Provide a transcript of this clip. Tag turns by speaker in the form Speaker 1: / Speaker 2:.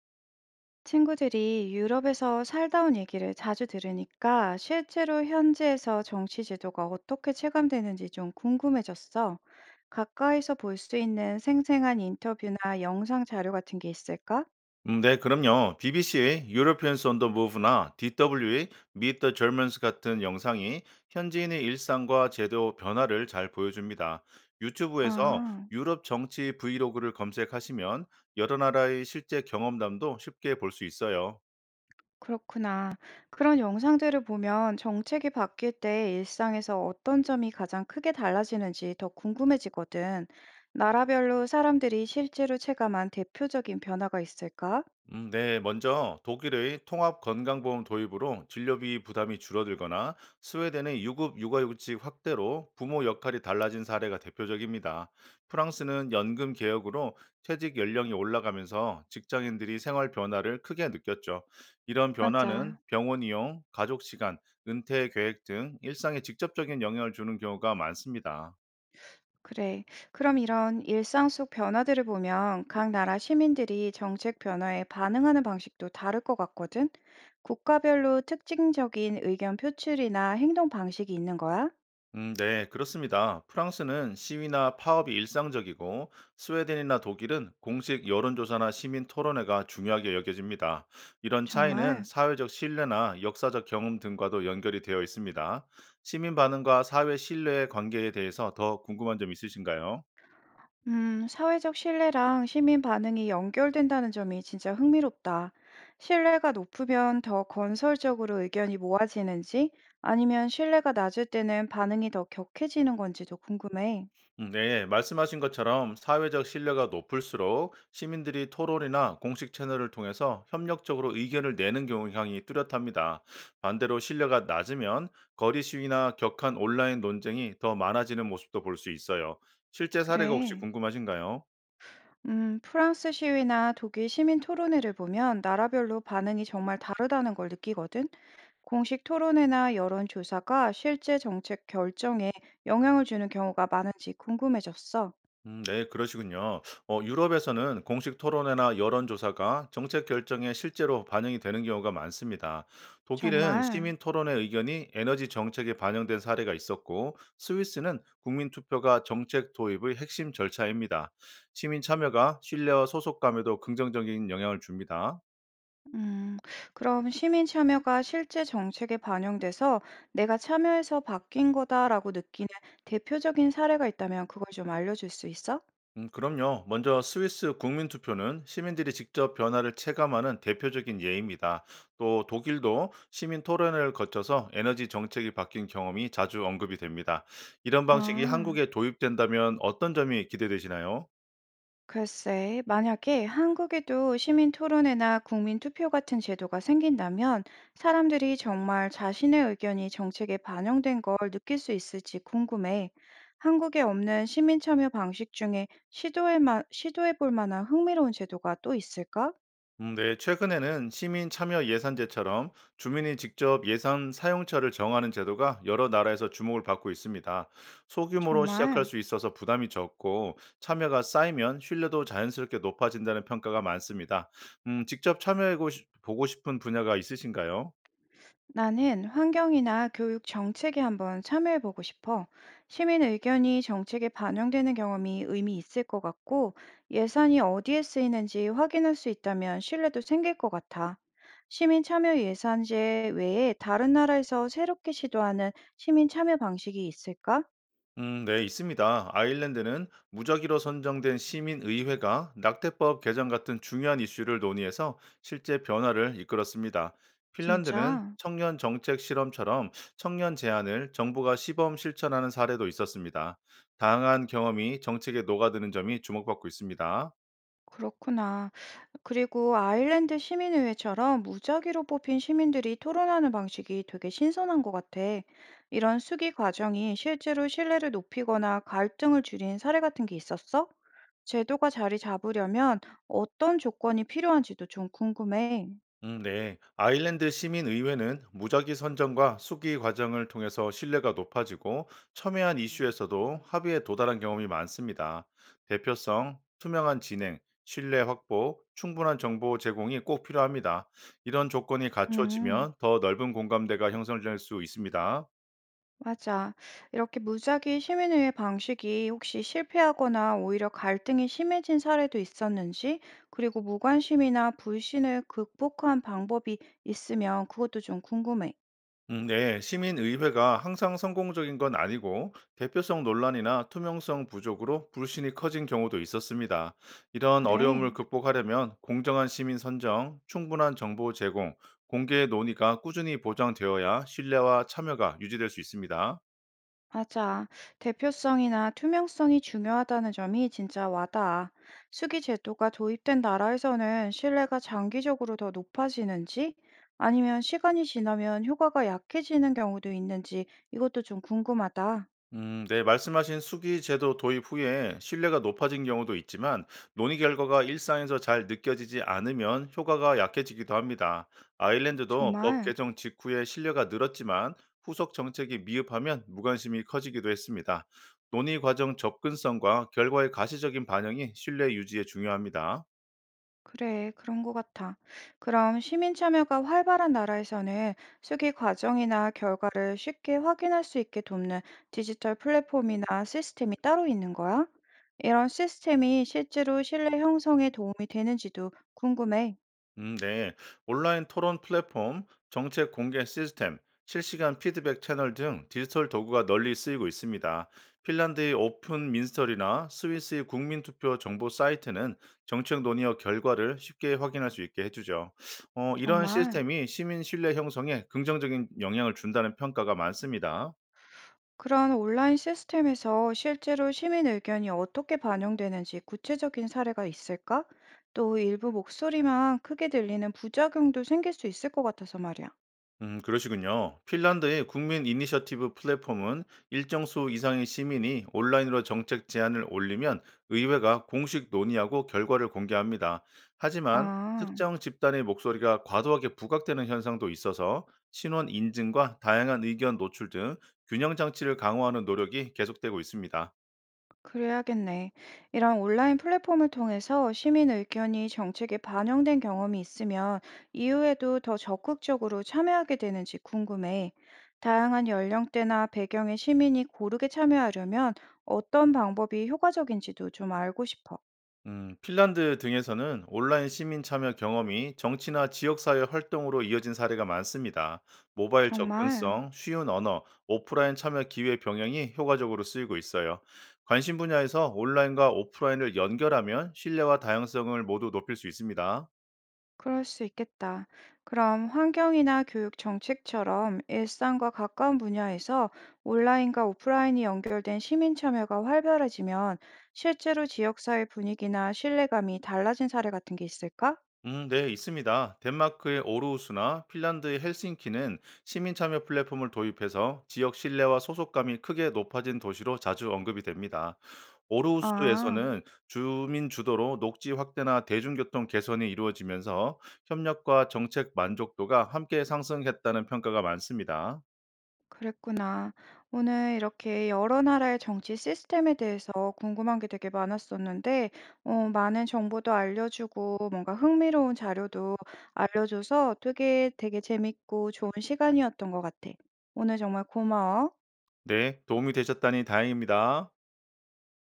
Speaker 1: 친구들이 유럽에서 살다 온 얘기를 자주 들으니까 실제로 현지에서 정치 제도가 어떻게 체감되는지 좀 궁금해졌어. 가까이서 볼 수 있는 생생한 인터뷰나 영상 자료 같은 게 있을까?
Speaker 2: 네, 그럼요. BBC의 European on the Move나 DW의 Meet the Germans 같은 영상이 현지인의 일상과 제도 변화를 잘 보여줍니다. 유튜브에서
Speaker 1: 아,
Speaker 2: 유럽 정치 브이로그를 검색하시면 여러 나라의 실제 경험담도 쉽게 볼 수 있어요.
Speaker 1: 그렇구나. 그런 영상들을 보면 정책이 바뀔 때 일상에서 어떤 점이 가장 크게 달라지는지 더 궁금해지거든. 나라별로 사람들이 실제로 체감한 대표적인 변화가 있을까?
Speaker 2: 네, 먼저 독일의 통합 건강보험 도입으로 진료비 부담이 줄어들거나 스웨덴의 유급 육아휴직 확대로 부모 역할이 달라진 사례가 대표적입니다. 프랑스는 연금 개혁으로 퇴직 연령이 올라가면서 직장인들이 생활 변화를 크게 느꼈죠. 이런 변화는
Speaker 1: 맞아.
Speaker 2: 병원 이용, 가족 시간, 은퇴 계획 등 일상에 직접적인 영향을 주는 경우가 많습니다.
Speaker 1: 그래. 그럼 이런 일상 속 변화들을 보면 각 나라 시민들이 정책 변화에 반응하는 방식도 다를 것 같거든? 국가별로 특징적인 의견 표출이나 행동 방식이 있는 거야?
Speaker 2: 네, 그렇습니다. 프랑스는 시위나 파업이 일상적이고 스웨덴이나 독일은 공식 여론조사나 시민 토론회가 중요하게 여겨집니다. 이런 차이는
Speaker 1: 정말?
Speaker 2: 사회적 신뢰나 역사적 경험 등과도 연결이 되어 있습니다. 시민 반응과 사회 신뢰의 관계에 대해서 더 궁금한 점 있으신가요?
Speaker 1: 사회적 신뢰랑 시민 반응이 연결된다는 점이 진짜 흥미롭다. 신뢰가 높으면 더 건설적으로 의견이 모아지는지 아니면 신뢰가 낮을 때는 반응이 더 격해지는 건지도 궁금해.
Speaker 2: 네, 말씀하신 것처럼 사회적 신뢰가 높을수록 시민들이 토론이나 공식 채널을 통해서 협력적으로 의견을 내는 경향이 뚜렷합니다. 반대로 신뢰가 낮으면 거리 시위나 격한 온라인 논쟁이 더 많아지는 모습도 볼 수 있어요. 실제 사례가 혹시
Speaker 1: 그래.
Speaker 2: 궁금하신가요?
Speaker 1: 프랑스 시위나 독일 시민 토론회를 보면 나라별로 반응이 정말 다르다는 걸 느끼거든. 공식 토론회나 여론조사가 실제 정책 결정에 영향을 주는 경우가 많은지 궁금해졌어.
Speaker 2: 네, 그러시군요. 유럽에서는 공식 토론회나 여론조사가 정책 결정에 실제로 반영이 되는 경우가 많습니다. 독일은
Speaker 1: 정말,
Speaker 2: 시민 토론회 의견이 에너지 정책에 반영된 사례가 있었고, 스위스는 국민 투표가 정책 도입의 핵심 절차입니다. 시민 참여가 신뢰와 소속감에도 긍정적인 영향을 줍니다.
Speaker 1: 음, 그럼 시민 참여가 실제 정책에 반영돼서 내가 참여해서 바뀐 거다라고 느끼는 대표적인 사례가 있다면 그걸 좀 알려줄 수 있어?
Speaker 2: 그럼요. 먼저 스위스 국민투표는 시민들이 직접 변화를 체감하는 대표적인 예입니다. 또 독일도 시민 토론회를 거쳐서 에너지 정책이 바뀐 경험이 자주 언급이 됩니다. 이런 방식이
Speaker 1: 아.
Speaker 2: 한국에 도입된다면 어떤 점이 기대되시나요?
Speaker 1: 글쎄, 만약에 한국에도 시민 토론회나 국민 투표 같은 제도가 생긴다면 사람들이 정말 자신의 의견이 정책에 반영된 걸 느낄 수 있을지 궁금해. 한국에 없는 시민 참여 방식 중에 시도해 볼 만한 흥미로운 제도가 또 있을까?
Speaker 2: 네, 최근에는 시민 참여 예산제처럼 주민이 직접 예산 사용처를 정하는 제도가 여러 나라에서 주목을 받고 있습니다. 소규모로 시작할
Speaker 1: 정말.
Speaker 2: 수 있어서 부담이 적고 참여가 쌓이면 신뢰도 자연스럽게 높아진다는 평가가 많습니다. 직접 참여해 보고 싶은 분야가 있으신가요?
Speaker 1: 나는 환경이나 교육 정책에 한번 참여해보고 싶어. 시민 의견이 정책에 반영되는 경험이 의미 있을 것 같고, 예산이 어디에 쓰이는지 확인할 수 있다면 신뢰도 생길 것 같아. 시민 참여 예산제 외에 다른 나라에서 새롭게 시도하는 시민 참여 방식이 있을까?
Speaker 2: 네, 있습니다. 아일랜드는 무작위로 선정된 시민의회가 낙태법 개정 같은 중요한 이슈를 논의해서 실제 변화를 이끌었습니다. 핀란드는
Speaker 1: 진짜?
Speaker 2: 청년 정책 실험처럼 청년 제안을 정부가 시범 실천하는 사례도 있었습니다. 다양한 경험이 정책에 녹아드는 점이 주목받고 있습니다.
Speaker 1: 그렇구나. 그리고 아일랜드 시민의회처럼 무작위로 뽑힌 시민들이 토론하는 방식이 되게 신선한 것 같아. 이런 수기 과정이 실제로 신뢰를 높이거나 갈등을 줄인 사례 같은 게 있었어? 제도가 자리 잡으려면 어떤 조건이 필요한지도 좀 궁금해.
Speaker 2: 네. 아일랜드 시민의회는 무작위 선정과 숙의 과정을 통해서 신뢰가 높아지고 첨예한 이슈에서도 합의에 도달한 경험이 많습니다. 대표성, 투명한 진행, 신뢰 확보, 충분한 정보 제공이 꼭 필요합니다. 이런 조건이
Speaker 1: 음.
Speaker 2: 갖춰지면 더 넓은 공감대가 형성될 수 있습니다.
Speaker 1: 맞아. 이렇게 무작위 시민의회 방식이 혹시 실패하거나 오히려 갈등이 심해진 사례도 있었는지, 그리고 무관심이나 불신을 극복한 방법이 있으면 그것도 좀 궁금해.
Speaker 2: 네, 시민의회가 항상 성공적인 건 아니고 대표성 논란이나 투명성 부족으로 불신이 커진 경우도 있었습니다. 이런 어려움을
Speaker 1: 그래,
Speaker 2: 극복하려면 공정한 시민 선정, 충분한 정보 제공, 공개 논의가 꾸준히 보장되어야 신뢰와 참여가 유지될 수 있습니다.
Speaker 1: 맞아. 대표성이나 투명성이 중요하다는 점이 진짜 와닿아. 수기 제도가 도입된 나라에서는 신뢰가 장기적으로 더 높아지는지, 아니면 시간이 지나면 효과가 약해지는 경우도 있는지 이것도 좀 궁금하다.
Speaker 2: 네, 말씀하신 수기 제도 도입 후에 신뢰가 높아진 경우도 있지만 논의 결과가 일상에서 잘 느껴지지 않으면 효과가 약해지기도 합니다. 아일랜드도 법
Speaker 1: 정말.
Speaker 2: 개정 직후에 신뢰가 늘었지만 후속 정책이 미흡하면 무관심이 커지기도 했습니다. 논의 과정 접근성과 결과의 가시적인 반영이 신뢰 유지에 중요합니다.
Speaker 1: 그래, 그런 것 같아. 그럼 시민 참여가 활발한 나라에서는 수기 과정이나 결과를 쉽게 확인할 수 있게 돕는 디지털 플랫폼이나 시스템이 따로 있는 거야? 이런 시스템이 실제로 신뢰 형성에 도움이 되는지도 궁금해.
Speaker 2: 네. 온라인 토론 플랫폼, 정책 공개 시스템, 실시간 피드백 채널 등 디지털 도구가 널리 쓰이고 있습니다. 핀란드의 오픈 민스터리나 스위스의 국민투표 정보 사이트는 정책 논의어 결과를 쉽게 확인할 수 있게 해주죠. 이런
Speaker 1: 정말.
Speaker 2: 시스템이 시민 신뢰 형성에 긍정적인 영향을 준다는 평가가 많습니다.
Speaker 1: 그런 온라인 시스템에서 실제로 시민 의견이 어떻게 반영되는지 구체적인 사례가 있을까? 또 일부 목소리만 크게 들리는 부작용도 생길 수 있을 것 같아서 말이야.
Speaker 2: 그러시군요. 핀란드의 국민 이니셔티브 플랫폼은 일정 수 이상의 시민이 온라인으로 정책 제안을 올리면 의회가 공식 논의하고 결과를 공개합니다. 하지만
Speaker 1: 아.
Speaker 2: 특정 집단의 목소리가 과도하게 부각되는 현상도 있어서 신원 인증과 다양한 의견 노출 등 균형 장치를 강화하는 노력이 계속되고 있습니다.
Speaker 1: 그래야겠네. 이런 온라인 플랫폼을 통해서 시민 의견이 정책에 반영된 경험이 있으면 이후에도 더 적극적으로 참여하게 되는지 궁금해. 다양한 연령대나 배경의 시민이 고르게 참여하려면 어떤 방법이 효과적인지도 좀 알고 싶어.
Speaker 2: 핀란드 등에서는 온라인 시민 참여 경험이 정치나 지역사회 활동으로 이어진 사례가 많습니다. 모바일
Speaker 1: 정말.
Speaker 2: 접근성, 쉬운 언어, 오프라인 참여 기회 병행이 효과적으로 쓰이고 있어요. 관심 분야에서 온라인과 오프라인을 연결하면 신뢰와 다양성을 모두 높일 수 있습니다.
Speaker 1: 그럴 수 있겠다. 그럼 환경이나 교육 정책처럼 일상과 가까운 분야에서 온라인과 오프라인이 연결된 시민 참여가 활발해지면 실제로 지역사회 분위기나 신뢰감이 달라진 사례 같은 게 있을까?
Speaker 2: 네, 있습니다. 덴마크의 오르우스나 핀란드의 헬싱키는 시민 참여 플랫폼을 도입해서 지역 신뢰와 소속감이 크게 높아진 도시로 자주 언급이 됩니다.
Speaker 1: 아.
Speaker 2: 오르우스에서는 주민 주도로 녹지 확대나 대중교통 개선이 이루어지면서 협력과 정책 만족도가 함께 상승했다는 평가가 많습니다.
Speaker 1: 그랬구나. 오늘 이렇게 여러 나라의 정치 시스템에 대해서 궁금한 게 되게 많았었는데, 많은 정보도 알려주고, 뭔가 흥미로운 자료도 알려줘서 되게 재밌고 좋은 시간이었던 것 같아. 오늘 정말 고마워.
Speaker 2: 네, 도움이 되셨다니 다행입니다.